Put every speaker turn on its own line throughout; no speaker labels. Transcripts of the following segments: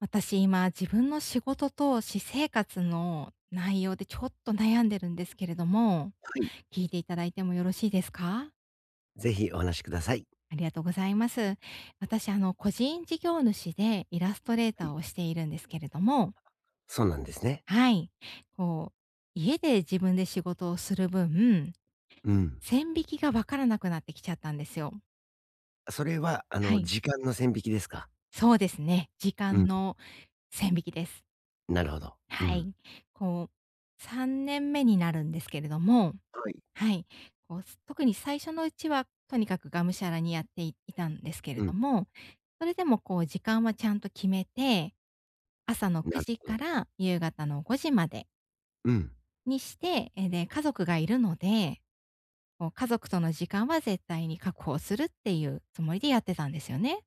私今自分の仕事と私生活の内容でちょっと悩んでるんですけれども、
はい。
聞いていただいてもよろしいですか？
ぜひお話しください。
ありがとうございます。私個人事業主でイラストレー
は
ター
い。
をしているんですけれども、
そうなんですね。
はい。家で自分で仕事をする分、
うん。
線引きが分からなくなってきちゃったんですよ。
それは、
はい。
時間の線引きですか？
そうですね。時
う
間
ん。
の線引きです。
なるほど。う
は
ん。
い。こう3年目になるんですけれども、
はい。
はい。特に最初のうちは、とにかくがむしゃらにやっていいたんですけれ
うん。
ども、それでも時間はちゃんと決めて、朝の9
なる
時
ほ
か
ど。
ら夕方の5時まで
うん。
にして、で、家族がいるので、家族との時間は絶対に確保するっていうつもりでやってたんですよね。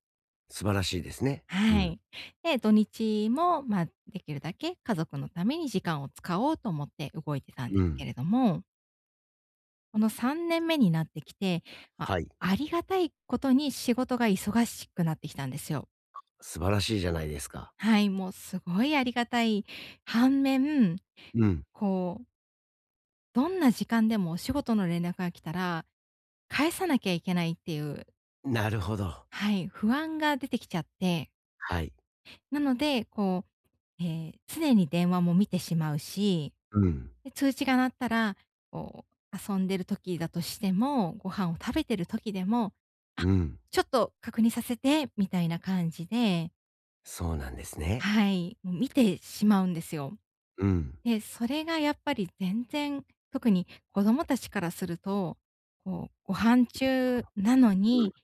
素晴らしいですね。う
は
ん。
い。で、土日も、できるだけ家族のために時間を使おうと思って動いてたんで
う
す
ん。
けれども、この3年目になってきて、ま、
はい。
ありがたいことに仕事が忙しくなってきたんですよ。
素晴らしいじゃないですか。
はい、もうすごいありがたい反面、
うん。
こう、どんな時間でもお仕事の連絡が来たら、返さなきゃいけないっていう、
なるほど。
はい、不安が出てきちゃって、
はい。
なので、常に電話も見てしまうし、
うん。
で、通知が鳴ったら、こ遊んでる時だとしても、ご飯を食べてる時でも、「あ、
うん。
ちょっと確認させて」みたいな感じで、
そうなんですね。
はい、もう見てしまうんですよ。
うん。
で、それがやっぱり全然、特に子供たちからすると、ご飯中なの
うん。
に、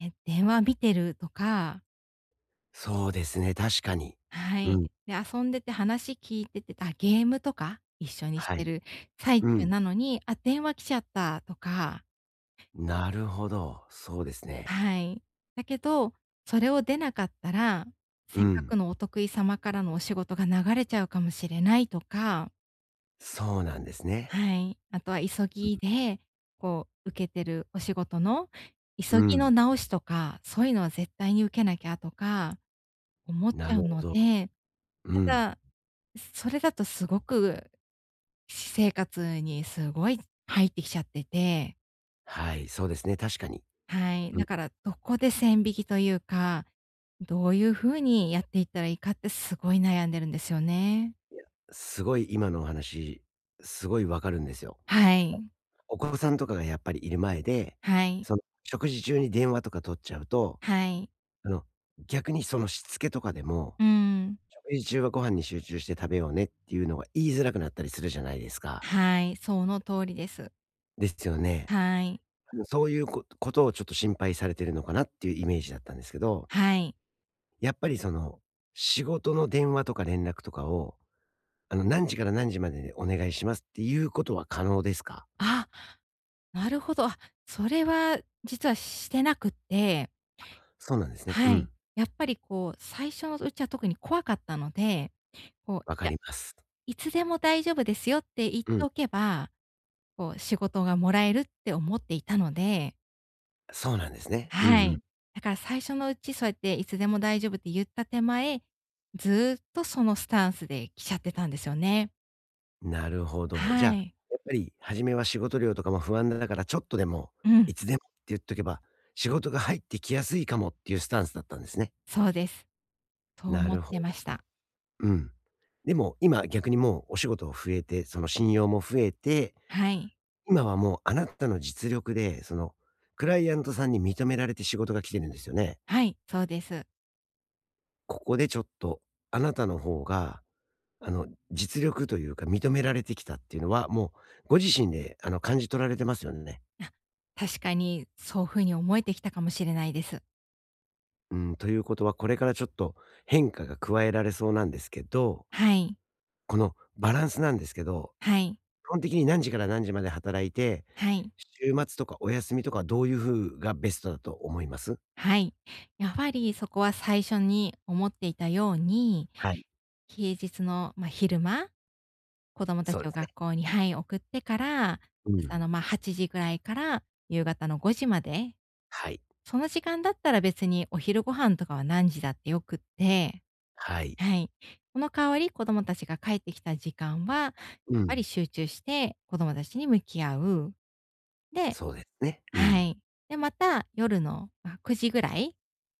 電話見てるとか。
そうですね、確かに。
は
う
い。
ん。
で、遊んでて話聞いてて、あ、ゲームとか一緒にし
はい。
てる最
う
中
ん。
なのに、あ、電話来ちゃったとか。
なるほど。そうですね。
はい。だけど、それを出なかったら、
う
せっか
ん。
くのお得意様からのお仕事が流れちゃうかもしれないとか、
そうなんですね。
はい。あとは急ぎで、受けてるお仕事の
う
急ぎ
ん。
の直しとか、そういうのは絶対に受けなきゃとか思っち
な
ゃ
る
うの
ほど。
で、
う
た
ん。
だ、それだとすごく私生活にすごい入ってきちゃってて、
はい、そうですね、確かに。
はい。
うん。
だから、どこで線引きというか、どういうふうにやっていったらいいかってすごい悩んでるんですよね。
いや、すごい今のお話、すごいわかるんですよ。
はい。
お子さんとかがやっぱりいる前で、
はい。
その、食事中に電話とか取っちゃうと、
はい。
あの、逆にそのしつけとかでも、
うん。
食事中はご飯に集中して食べようねっていうのが言いづらくなったりするじゃないですか。
はい、その通りです。
ですよね。
はい。
うん、そういうこことをちょっと心配されてるのかなっていうイメージだったんですけど、
はい。
やっぱりその、仕事の電話とか連絡とかを何時から何時まででお願いしますっていうことは可能ですか？
あ、なるほど。あ、それは実はしてなくって、
そうなんですね。う
はい。
ん、
やっぱり最初のうちは特に怖かったので、
わか
いや、
ります。
いつでも大丈夫ですよって言っ
う
て
ん、
おけば、仕事がもらえるって思っていたので、
そうなんですね。うん
は
うん。
い。だから最初のうち、そうやっていつでも大丈夫って言った手前、ずっとそのスタンスで来ちゃってたんですよね。
なるほど。じゃ
は
あ、
い。
やっぱり初めは仕事量とかも不安だからちょっとでも、
う
い
ん、
つでもって言っとけば、仕事が入ってきやすいかもっていうスタンスだったんですね。
そうです。そう
な
思っ
るほ
てまし
ど。
た。
うん。でも今逆にもうお仕事を増えて、その信用も増えて、
はい。
今はもうあなたの実力で、そのクライアントさんに認められて仕事が来てるんですよね？
はい、そうです。
ここでちょっと、あなたの方が、実力というか認められてきたっていうのは、もうご自身で、感じ取られてますよね。
あ、確かにそういう風に思えてきたかもしれないです。
うん、ということは、これからちょっと変化が加えられそうなんですけど、
はい、
このバランスなんですけど、
はい、
基本的に何時から何時まで働いて、
はい、
週末とかお休みとかはどういう風がベストだと思います？
はい。やはりそこは最初に思っていたように、
はい、
平日の、昼間子供た
そう
ち
で
を
すね。
学校に、はい、送ってから、
う
朝
ん。
の、8時ぐらいから夕方の5時まで、
はい、
その時間だったら別にお昼ご飯とかは何時だってよくって、
はい。
はい。その代わり子供たちが帰ってきた時間は、やっ
う
ぱり
ん、
集中して子供たちに向き合う。で、
そうですね。う
は
ん。
い。で、また夜の、9時ぐらい、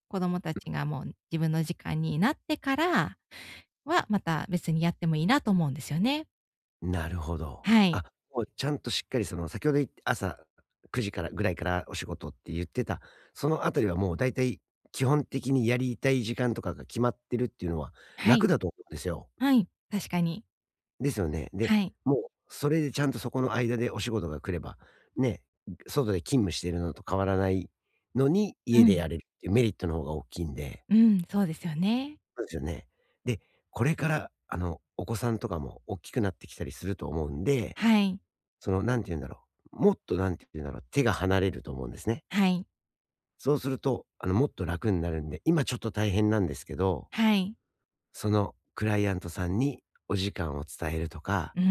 子供たちがもう自分の時間になってからは、また別にやってもいいなと思うんですよね。
なるほど。
はい。
あ、もうちゃんとしっかりその先ほど朝9時からぐらいからお仕事って言ってた、そのあたりはもうだいたい基本的にやりたい時間とかが決まってるっていうのは
はい。
楽だと思うんですよ。
はい、確かに。
ですよね。で、
はい。
もうそれでちゃんとそこの間でお仕事が来れば、ね、外で勤務してるのと変わらないのに、
う
家で
ん。
やれるっていうメリットの方が大きいんで、
うん、そうですよね。
そうですよね。で、これからあのお子さんとかも大きくなってきたりすると思うんで、
はい、
その、なんて言うんだろう、手が離れると思うんですね。
はい、
そうすると、もっと楽になるんで、今ちょっと大変なんですけど、
はい。
そのクライアントさんにお時間を伝えるとか、
うー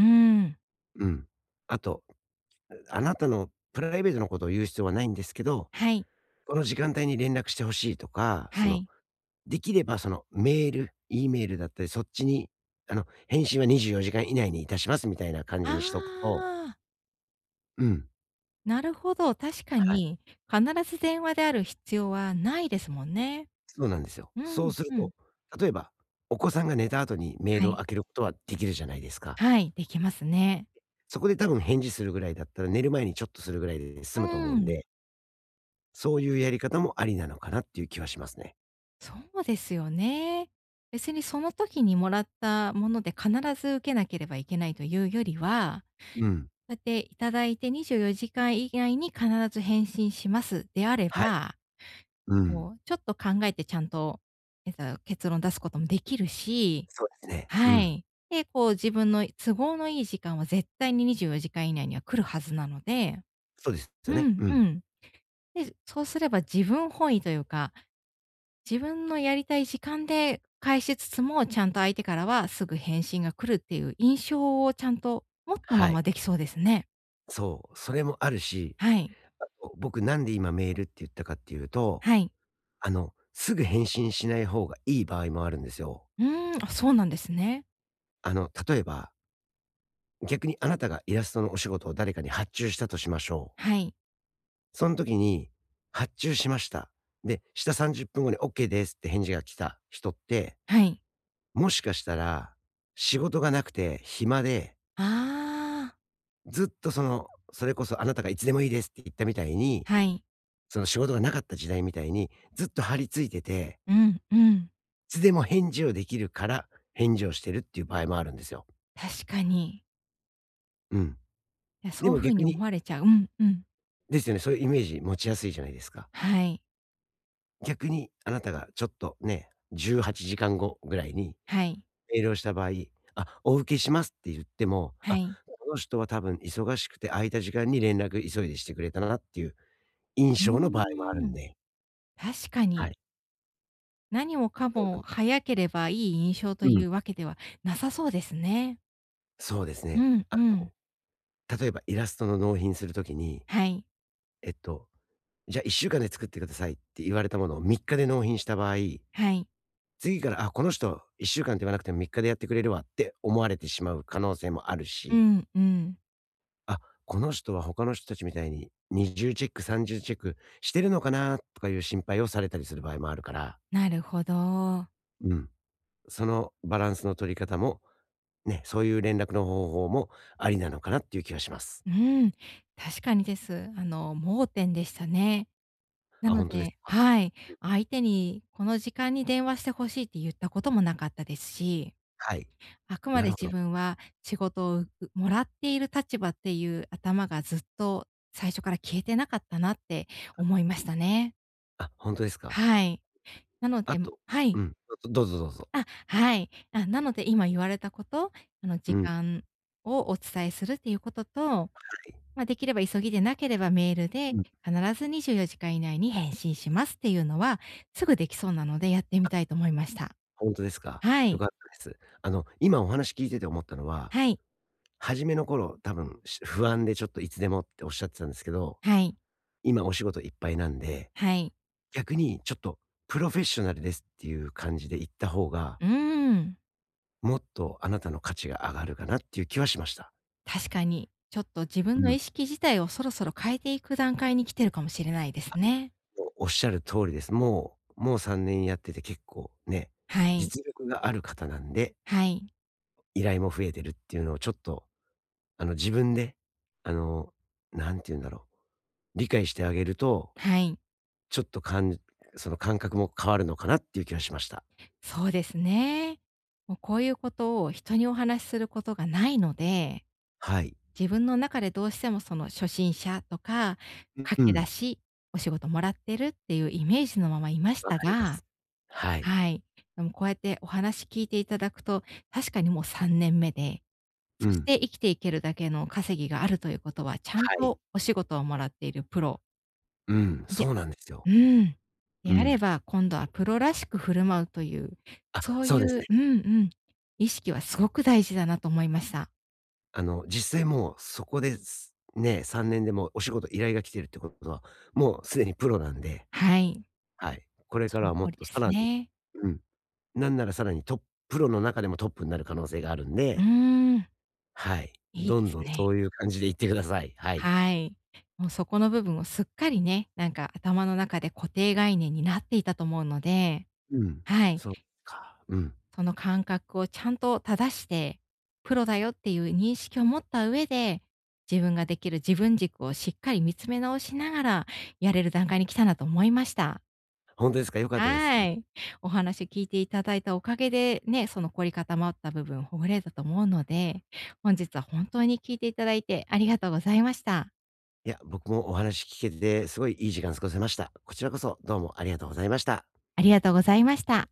ん、
うん。あと、あなたのプライベートのことを言う必要はないんですけど、
はい、
この時間帯に連絡してほしいとか、そ
は
の、
い。
できればそのメール、E メールだったり、そっちに、返信は24時間以内にいたしますみたいな感
あ
じにしとくと、
あ、
うん、
なるほど、確か
はい。
に、必ず電話である必要はないですもんね。
そうなんですよ。
う
そう
ん、
する
うん。
と、例えば、お子さんが寝た後にメー
は
ルを
い、
開けることはできるじゃないですか。
はい、できますね。
そこで多分返事するぐらいだったら、寝る前にちょっとするぐらいで済
うー
むと思うん
ん、
で、そういうやり方もありなのかなっていう気はしますね。
そうですよね。別にその時にもらったもので必ず受けなければいけないというよりは、
うん。
やっていただいて24時間以内に必ず返信しますであれ
はい。
ば、
うん。
ちょっと考えてちゃんと、結論出すこともできるし、
そうですね。う
は
ん。
い。で、自分の都合のいい時間は絶対に24時間以内には来るはずなので、
そうです
う
よね。
ん
う
う
ん。
ん。で、そうすれば自分本位というか、自分のやりたい時間で返しつつも、ちゃんと相手からはすぐ返信が来るっていう印象をちゃんと持ったま
はい。
まできそうですね。
そう、それもあるし、
はい。
あと僕なんで今メールって言ったかっていうと、
はい。
すぐ返信しない方がいい場合もあるんですよ。
うーん、あ、そうなんですね。
例えば逆にあなたがイラストのお仕事を誰かに発注したとしましょう。
はい、
その時に、発注しました。で、下30分後に OK ですって返事が来た人って、
はい。
もしかしたら、仕事がなくて暇で、
ああ、
ずっとその、それこそあなたがいつでもいいですって言ったみたいに、
はい。
その仕事がなかった時代みたいに、ずっと張り付いてて、
うん、うん、
いつでも返事をできるから、返事をしてるっていう場合もあるんですよ。
確かに。
うん。
いや、
で
そうい
も
う風
逆
に
に、
思われちゃう。うん、うん。
ですよね、そういうイメージ持ちやすいじゃないですか。
はい、
逆にあなたがちょっとね、18時間後ぐらいに
はい、
メールをした場合、あ、お受けしますって言っても、
は
あ、
い。
この人は多分忙しくて空いた時間に連絡急いでしてくれたなっていう印
う
象の場合もある
ー
ん
ん、
で、
確か
はい。
に。何もかも早ければいい印象と
う
い
ん、
うわけではなさそうですね。
そうです
う
ね。
ん、うん。
の、例えばイラストの納品するときに、
はい、
えっと、じゃあ1週間で作ってくださいって言われたものを3日で納品した場合、
はい。
次から、あ、この人1週間って言わなくても3日でやってくれるわって思われてしまう可能性もある
う
し、
ん、うん。
あ、この人は他の人たちみたいに二重チェック三重チェックしてるのかなとかいう心配をされたりする場合もあるから、
なるほど。
うん。そのバランスの取り方も、ね、そういう連絡の方法もありなのかなっていう気がします。
うん、確かにです。盲点でしたね。な
あ、
の
本当です
で、
か。
はい、相手にこの時間に電話してほしいって言ったこともなかったですし、
はい。
あくま
な
で
るほ
自
ど。
分は仕事をもらっている立場っていう頭がずっと最初から消えてなかったなって思いましたね。
あ、本当ですか。
はい。なの
あ
で、
と、
はい。
うん。どうぞどうぞ。
あ、はい。あ、なので今言われたこと、時
うん、は
間をお伝えするっていうことと、
い。
できれば急ぎでなければメールで
うん。
必ず24時間以内に返信しますっていうのは、すぐできそうなのでやってみたいと思いました。
本当ですか。
は
良
い。
かったです。あの、今お話聞いてて思ったのは、
はい。
初めの頃多分不安でちょっといつでもっておっしゃってたんですけど、
はい。
今お仕事いっぱいなんで、
はい。
逆にちょっとプロフェッショナルですっていう感じで言った方が、
うーん。
もっとあなたの価値が上がるかなっていう気はしました。
確かに、ちょっと自
う
分の
ん。
意識自体をそろそろ変えていく段階に来てるかもしれないですね。
おっしゃる通りです。もう3年やってて結構ね、
はい。
実力がある方なんで、
はい。
依頼も増えてるっていうのをちょっと、あの自分で、あの、なんて言うんだろう、理解してあげると、
はい。
ちょっと感その感覚も変わるのかなっていう気はしました。
そうですね。もうこういうことを人にお話しすることがないので、
はい。
自分の中でどうしてもその初心者とか、
う
駆け出
ん。
し、お仕事もらってるっていうイメージのままいまし
わ
た
かりま
が、
す。はい。
はい。でもこうやってお話聞いていただくと、確かにもう3年目で、
う
そし
ん。
て生きていけるだけの稼ぎがあるということは、ちゃん
はい。
とお仕事をもらっているプロ
うん、
で、
そうなんですよ。
うん。
う
であれ
ん。
ば、今度はプロらしく振る舞うという、
あ、
そう
そう
い
です
う、
ね。
うんうん、意識はすごく大事だなと思いました。
あの、実際もうそこです、ね、3年でもうお仕事依頼が来てるってことは、もうすでにプロなんで、
はい。
はい。これ
そ
から
の
はも
通
っ
り
とさ
です
らに、
ね。
うん、なんならさらにトッププロの中でもトップになる可能性があるん
う
で、
ーん、
はい。
いいで
どんど
す
ん
ね。
そういう感じでいってください。はい。
はい。もうそこの部分をすっかりね、なんか頭の中で固定概念になっていたと思うので、
うん。
はい。
そうか。うん。
その感覚をちゃんと正して、プロだよっていう認識を持った上で、自分ができる自分軸をしっかり見つめ直しながら、やれる段階に来たなと思いました。
本当ですか、良かったです。
はい。お話聞いていただいたおかげで、ね、その凝り固まった部分ほぐれたと思うので、本日は本当に聞いていただいてありがとうございました。
いや、僕もお話聞けて、すごいいい時間過ごせました。こちらこそどうもありがとうございました。
ありがとうございました。